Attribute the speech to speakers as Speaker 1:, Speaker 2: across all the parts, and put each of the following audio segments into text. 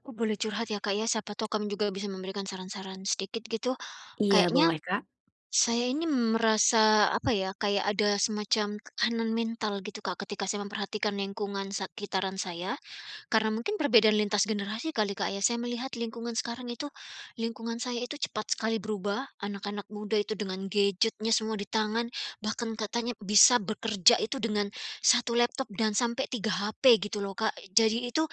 Speaker 1: Aku boleh curhat ya, Kak, ya, siapa tahu kamu juga bisa memberikan saran-saran sedikit gitu.
Speaker 2: Iya,
Speaker 1: Kayaknya
Speaker 2: boleh, Kak.
Speaker 1: saya ini merasa apa ya, kayak ada semacam tekanan mental gitu, Kak, ketika saya memperhatikan lingkungan sekitaran saya. Karena mungkin perbedaan lintas generasi kali, Kak, ya. Saya melihat lingkungan sekarang itu, lingkungan saya itu cepat sekali berubah. Anak-anak muda itu dengan gadgetnya semua di tangan, bahkan katanya bisa bekerja itu dengan satu laptop dan sampai tiga HP gitu loh, Kak. Jadi itu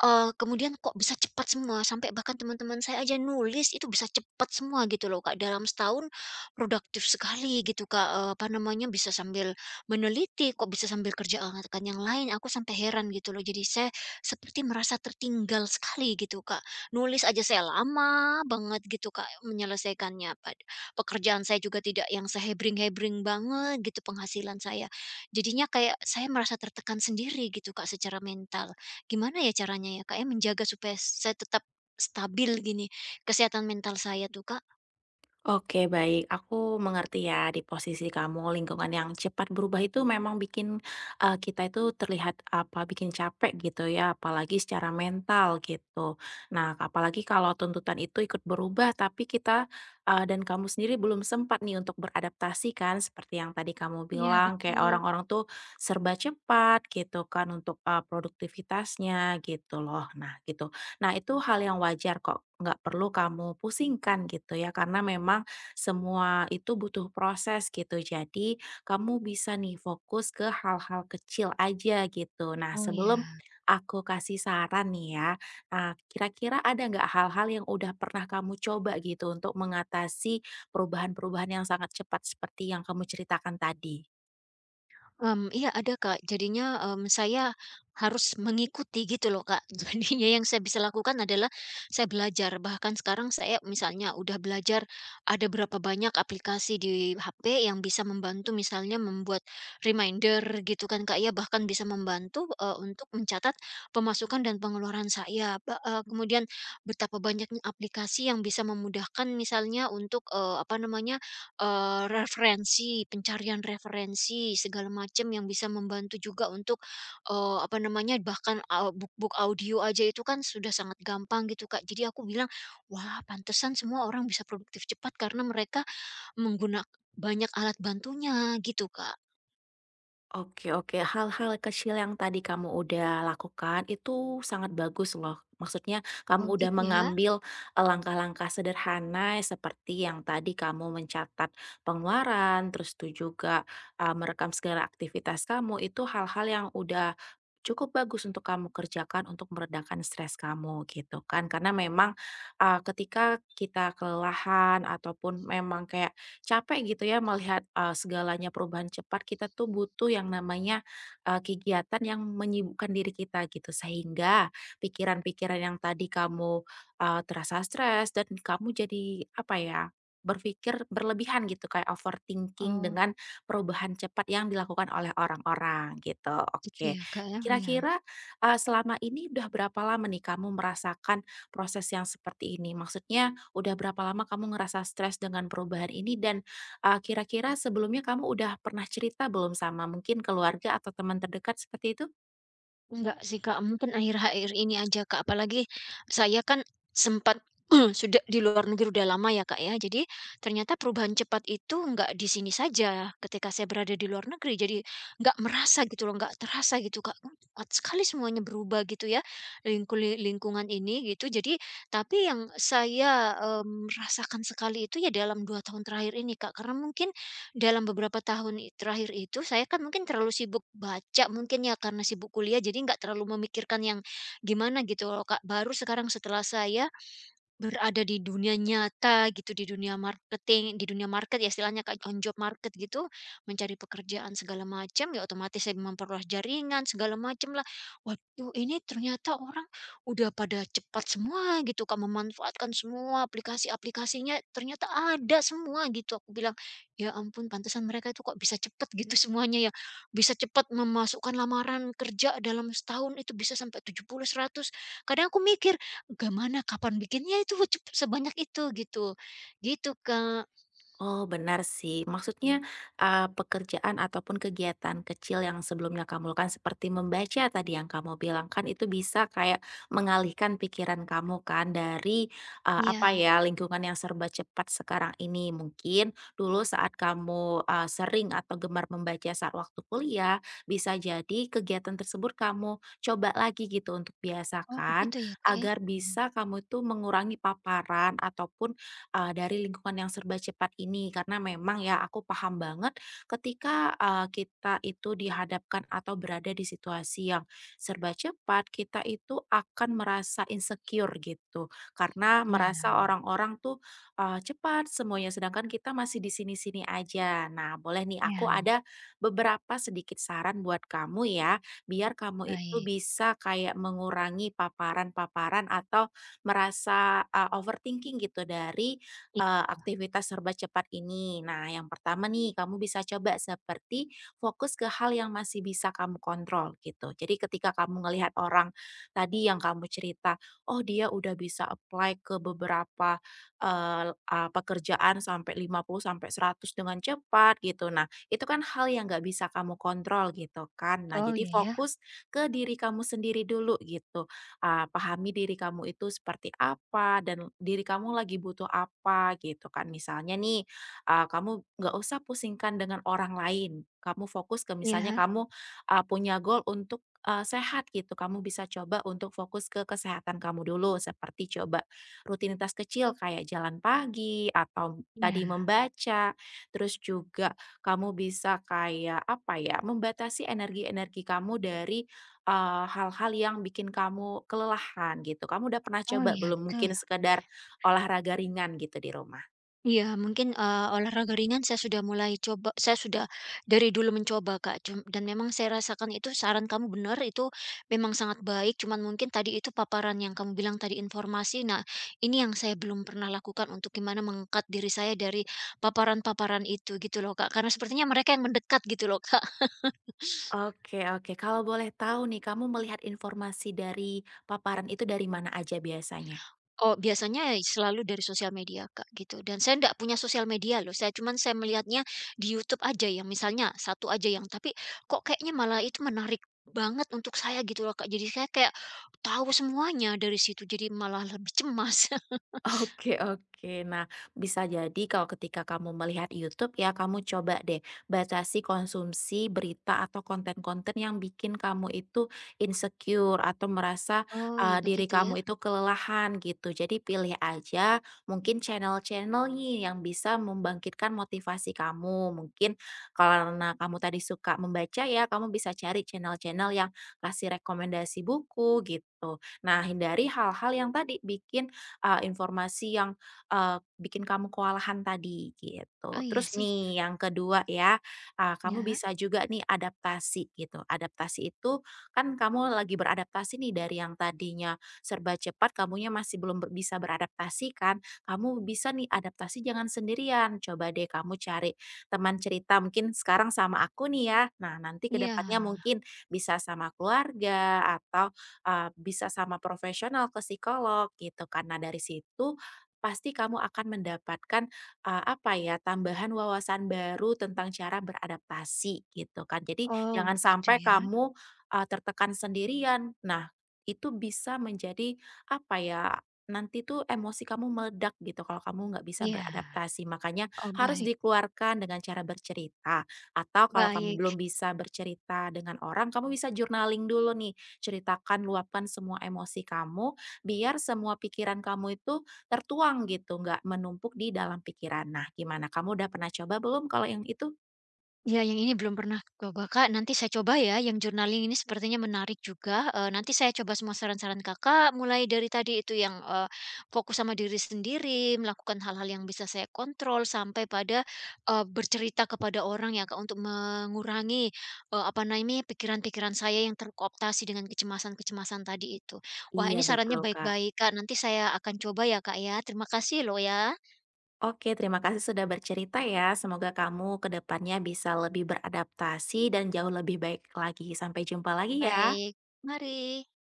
Speaker 1: kemudian kok bisa cepat semua, sampai bahkan teman-teman saya aja nulis itu bisa cepat semua gitu loh, Kak. Dalam setahun produktif sekali gitu, Kak, apa namanya, bisa sambil meneliti, kok bisa sambil kerja kan yang lain, aku sampai heran gitu loh. Jadi saya seperti merasa tertinggal sekali gitu, Kak. Nulis aja saya lama banget gitu, Kak, menyelesaikannya. Pekerjaan saya juga tidak yang sehebring-hebring banget gitu penghasilan saya. Jadinya kayak saya merasa tertekan sendiri gitu, Kak, secara mental. Gimana ya caranya ya, Kak, ya, menjaga supaya saya tetap stabil gini, kesehatan mental saya tuh, Kak?
Speaker 2: Oke, baik. Aku mengerti ya, di posisi kamu, lingkungan yang cepat berubah itu memang bikin kita itu terlihat apa bikin capek gitu ya, apalagi secara mental gitu. Nah, apalagi kalau tuntutan itu ikut berubah, tapi dan kamu sendiri belum sempat nih untuk beradaptasi kan, seperti yang tadi kamu
Speaker 1: Iya,
Speaker 2: bilang, kayak
Speaker 1: betul.
Speaker 2: orang-orang tuh serba cepat gitu kan untuk produktivitasnya gitu loh. Nah, gitu. Nah, itu hal yang wajar kok, nggak perlu kamu pusingkan gitu ya, karena memang semua itu butuh proses gitu. Jadi, kamu bisa nih fokus ke hal-hal kecil aja gitu. Nah,
Speaker 1: Oh,
Speaker 2: sebelum
Speaker 1: ya.
Speaker 2: aku kasih saran nih ya, nah, kira-kira ada nggak hal-hal yang udah pernah kamu coba gitu untuk mengatasi perubahan-perubahan yang sangat cepat seperti yang kamu ceritakan tadi?
Speaker 1: Iya, ada, Kak, jadinya, saya harus mengikuti gitu loh, Kak. Jadinya yang saya bisa lakukan adalah saya belajar, bahkan sekarang saya misalnya udah belajar ada berapa banyak aplikasi di HP yang bisa membantu misalnya membuat reminder gitu kan, Kak, ya, bahkan bisa membantu, untuk mencatat pemasukan dan pengeluaran saya. Kemudian betapa banyaknya aplikasi yang bisa memudahkan misalnya untuk, apa namanya, referensi, pencarian referensi, segala macam yang bisa membantu juga untuk, apa namanya, bahkan, book-book audio aja itu kan sudah sangat gampang gitu, Kak. Jadi aku bilang, "Wah, pantesan semua orang bisa produktif cepat karena mereka menggunakan banyak alat bantunya," gitu, Kak.
Speaker 2: Oke oke, hal-hal kecil yang tadi kamu udah lakukan itu sangat bagus loh. Maksudnya
Speaker 1: Oh,
Speaker 2: kamu udah
Speaker 1: gitu ya?
Speaker 2: mengambil langkah-langkah sederhana seperti yang tadi kamu mencatat pengeluaran, terus itu juga merekam segala aktivitas kamu. Itu hal-hal yang udah cukup bagus untuk kamu kerjakan untuk meredakan stres kamu gitu kan. Karena memang ketika kita kelelahan ataupun memang kayak capek gitu ya melihat, segalanya perubahan cepat, kita tuh butuh yang namanya, kegiatan yang menyibukkan diri kita gitu. Sehingga pikiran-pikiran yang tadi kamu, terasa stres dan kamu jadi apa ya, berpikir berlebihan gitu kayak overthinking
Speaker 1: Oh,
Speaker 2: dengan perubahan cepat yang dilakukan oleh orang-orang gitu.
Speaker 1: gitu ya,
Speaker 2: Oke,
Speaker 1: Kak, ya? Iya.
Speaker 2: kira-kira, selama ini udah berapa lama nih kamu merasakan proses yang seperti ini? Maksudnya udah berapa lama kamu ngerasa stres dengan perubahan ini? Dan, kira-kira sebelumnya kamu udah pernah cerita belum sama mungkin keluarga atau teman terdekat seperti itu?
Speaker 1: Enggak sih, Kak, mungkin akhir-akhir ini aja, Kak, apalagi saya kan sempat sudah di luar negeri udah lama ya, Kak, ya. Jadi ternyata perubahan cepat itu enggak di sini saja ketika saya berada di luar negeri. Jadi enggak merasa gitu loh, enggak terasa gitu, Kak. Cepat sekali semuanya berubah gitu ya, lingkungan ini gitu. Jadi tapi yang saya, rasakan sekali itu ya dalam 2 tahun terakhir ini, Kak, karena mungkin dalam beberapa tahun terakhir itu saya kan mungkin terlalu sibuk baca mungkin ya, karena sibuk kuliah jadi nggak terlalu memikirkan yang gimana gitu loh, Kak. Baru sekarang setelah saya berada di dunia nyata gitu, di dunia marketing di dunia market ya istilahnya, Kak, on job market gitu, mencari pekerjaan segala macam, ya otomatis saya memperluas jaringan segala macam lah. Waduh, ini ternyata orang udah pada cepat semua gitu, Kak, memanfaatkan semua aplikasi-aplikasinya, ternyata ada semua gitu. Aku bilang, "Ya ampun, pantesan mereka itu kok bisa cepat gitu semuanya ya, bisa cepat memasukkan lamaran kerja dalam setahun itu bisa sampai 70-100. Kadang aku mikir, gimana kapan bikinnya itu sebanyak itu gitu. Gitu, Kak."
Speaker 2: Oh, benar sih. Maksudnya, pekerjaan ataupun kegiatan kecil yang sebelumnya kamu lakukan seperti membaca tadi yang kamu bilang kan itu bisa kayak mengalihkan pikiran kamu kan dari, apa
Speaker 1: Iya.
Speaker 2: ya, lingkungan yang serba cepat sekarang ini. Mungkin dulu saat kamu, sering atau gemar membaca saat waktu kuliah, bisa jadi kegiatan tersebut kamu coba lagi gitu untuk
Speaker 1: Oh, begitu
Speaker 2: biasakan
Speaker 1: ya, Kak, ya?
Speaker 2: agar
Speaker 1: Mhm.
Speaker 2: bisa kamu tuh mengurangi paparan ataupun dari lingkungan yang serba cepat ini. Karena memang ya aku paham banget ketika, kita itu dihadapkan atau berada di situasi yang serba cepat, kita itu akan merasa insecure gitu. Karena
Speaker 1: Iya,
Speaker 2: merasa orang-orang tuh, cepat semuanya, sedangkan kita masih di sini-sini aja. Nah, boleh nih aku
Speaker 1: iya,
Speaker 2: ada beberapa sedikit saran buat kamu ya, biar kamu itu
Speaker 1: baik.
Speaker 2: bisa kayak mengurangi paparan-paparan atau merasa, overthinking gitu dari
Speaker 1: I
Speaker 2: aktivitas serba cepat ini. Nah, yang pertama nih, kamu bisa coba seperti fokus ke hal yang masih bisa kamu kontrol gitu. Jadi ketika kamu ngelihat orang tadi yang kamu cerita, "Oh, dia udah bisa apply ke beberapa, eee, eee, pekerjaan sampai 50 sampai 100 dengan cepat," gitu. Nah, itu kan hal yang nggak bisa kamu kontrol gitu kan. Nah,
Speaker 1: oh,
Speaker 2: jadi
Speaker 1: iya ya.
Speaker 2: fokus ke diri kamu sendiri dulu gitu ah, pahami diri kamu itu seperti apa dan diri kamu lagi butuh apa gitu kan. Misalnya nih, ah, kamu nggak usah pusingkan dengan orang lain. Kamu fokus ke misalnya
Speaker 1: Iya.
Speaker 2: kamu ah, punya goal untuk sehat gitu. Kamu bisa coba untuk fokus ke kesehatan kamu dulu, seperti coba rutinitas kecil kayak jalan pagi atau tadi
Speaker 1: Iya.
Speaker 2: membaca. Terus juga kamu bisa kayak apa ya, membatasi energi-energi kamu dari hal-hal yang bikin kamu kelelahan gitu, kamu udah pernah
Speaker 1: Oh,
Speaker 2: coba
Speaker 1: iya
Speaker 2: belum?
Speaker 1: betul.
Speaker 2: Mungkin sekedar olahraga ringan gitu di rumah?
Speaker 1: Iya, mungkin, olahraga ringan saya sudah mulai coba, saya sudah dari dulu mencoba, Kak, dan memang saya rasakan itu saran kamu benar, itu memang sangat baik, cuman mungkin tadi itu paparan yang kamu bilang tadi informasi, nah ini yang saya belum pernah lakukan untuk gimana mengangkat diri saya dari paparan-paparan itu gitu loh, Kak, karena sepertinya mereka yang mendekat gitu loh, Kak.
Speaker 2: Oke oke, kalau boleh tahu nih, kamu melihat informasi dari paparan itu dari mana aja biasanya?
Speaker 1: Oh, biasanya selalu dari sosial media, Kak, gitu. Dan saya ndak punya sosial media loh, saya cuman saya melihatnya di YouTube aja yang misalnya satu aja yang tapi kok kayaknya malah itu menarik banget untuk saya gitu loh, Kak. Jadi saya kayak tahu semuanya dari situ, jadi malah lebih cemas.
Speaker 2: Oke oke. Nah, bisa jadi kalau ketika kamu melihat YouTube ya, kamu coba deh batasi konsumsi berita atau konten-konten yang bikin kamu itu insecure atau merasa,
Speaker 1: Oh, ya
Speaker 2: eee, diri
Speaker 1: begitu ya.
Speaker 2: kamu itu kelelahan gitu. Jadi pilih aja mungkin channel-channel nih yang bisa membangkitkan motivasi kamu. Mungkin karena kamu tadi suka membaca ya, kamu bisa cari channel-channel yang kasih rekomendasi buku gitu. Nah, hindari hal-hal yang tadi bikin informasi yang bikin kamu kewalahan tadi,
Speaker 1: Oh,
Speaker 2: gitu.
Speaker 1: iya
Speaker 2: Terus
Speaker 1: sih.
Speaker 2: nih yang kedua ya, kamu
Speaker 1: Ya.
Speaker 2: bisa juga nih adaptasi gitu. Adaptasi itu kan kamu lagi beradaptasi nih dari yang tadinya serba cepat, kamunya masih belum bisa beradaptasi kan, kamu bisa nih adaptasi jangan sendirian. Coba deh kamu cari teman cerita mungkin sekarang sama aku nih ya, nah nanti ke
Speaker 1: Iya.
Speaker 2: depannya mungkin bisa sama keluarga atau bisa sama profesional ke psikolog gitu karena dari situ pasti kamu akan mendapatkan, apa ya, tambahan wawasan baru tentang cara beradaptasi gitu kan. Jadi
Speaker 1: Oh,
Speaker 2: jangan
Speaker 1: gitu
Speaker 2: sampai
Speaker 1: ya.
Speaker 2: kamu, tertekan sendirian. Nah itu bisa menjadi apa ya, nanti tuh emosi kamu meledak gitu kalau kamu nggak bisa
Speaker 1: Iya.
Speaker 2: beradaptasi. Makanya
Speaker 1: Oh,
Speaker 2: harus
Speaker 1: baik.
Speaker 2: dikeluarkan dengan cara bercerita atau kalau kamu
Speaker 1: Baik.
Speaker 2: belum bisa bercerita dengan orang, kamu bisa journaling dulu nih ceritakan, luapkan semua emosi kamu, biar semua pikiran kamu itu tertuang gitu, nggak menumpuk di dalam pikiran. Nah, gimana? Kamu udah pernah coba belum kalau yang itu?
Speaker 1: Ya, yang ini belum pernah coba, Kak. Nanti saya coba ya, yang journaling ini sepertinya menarik juga. Nanti saya coba semua saran-saran Kakak, mulai dari tadi itu yang, fokus sama diri sendiri, melakukan hal-hal yang bisa saya kontrol, sampai pada, bercerita kepada orang ya, Kak, untuk mengurangi, apa namanya, pikiran-pikiran saya yang terkooptasi dengan kecemasan-kecemasan tadi itu. Wah, ini
Speaker 2: Iya,
Speaker 1: sarannya
Speaker 2: betul, Kak.
Speaker 1: baik-baik, Kak. Nanti saya akan coba ya, Kak, ya. Terima kasih loh ya.
Speaker 2: Oke, terima kasih sudah bercerita ya. Semoga kamu ke depannya bisa lebih beradaptasi dan jauh lebih baik lagi. Sampai jumpa lagi ya.
Speaker 1: Baik, mari.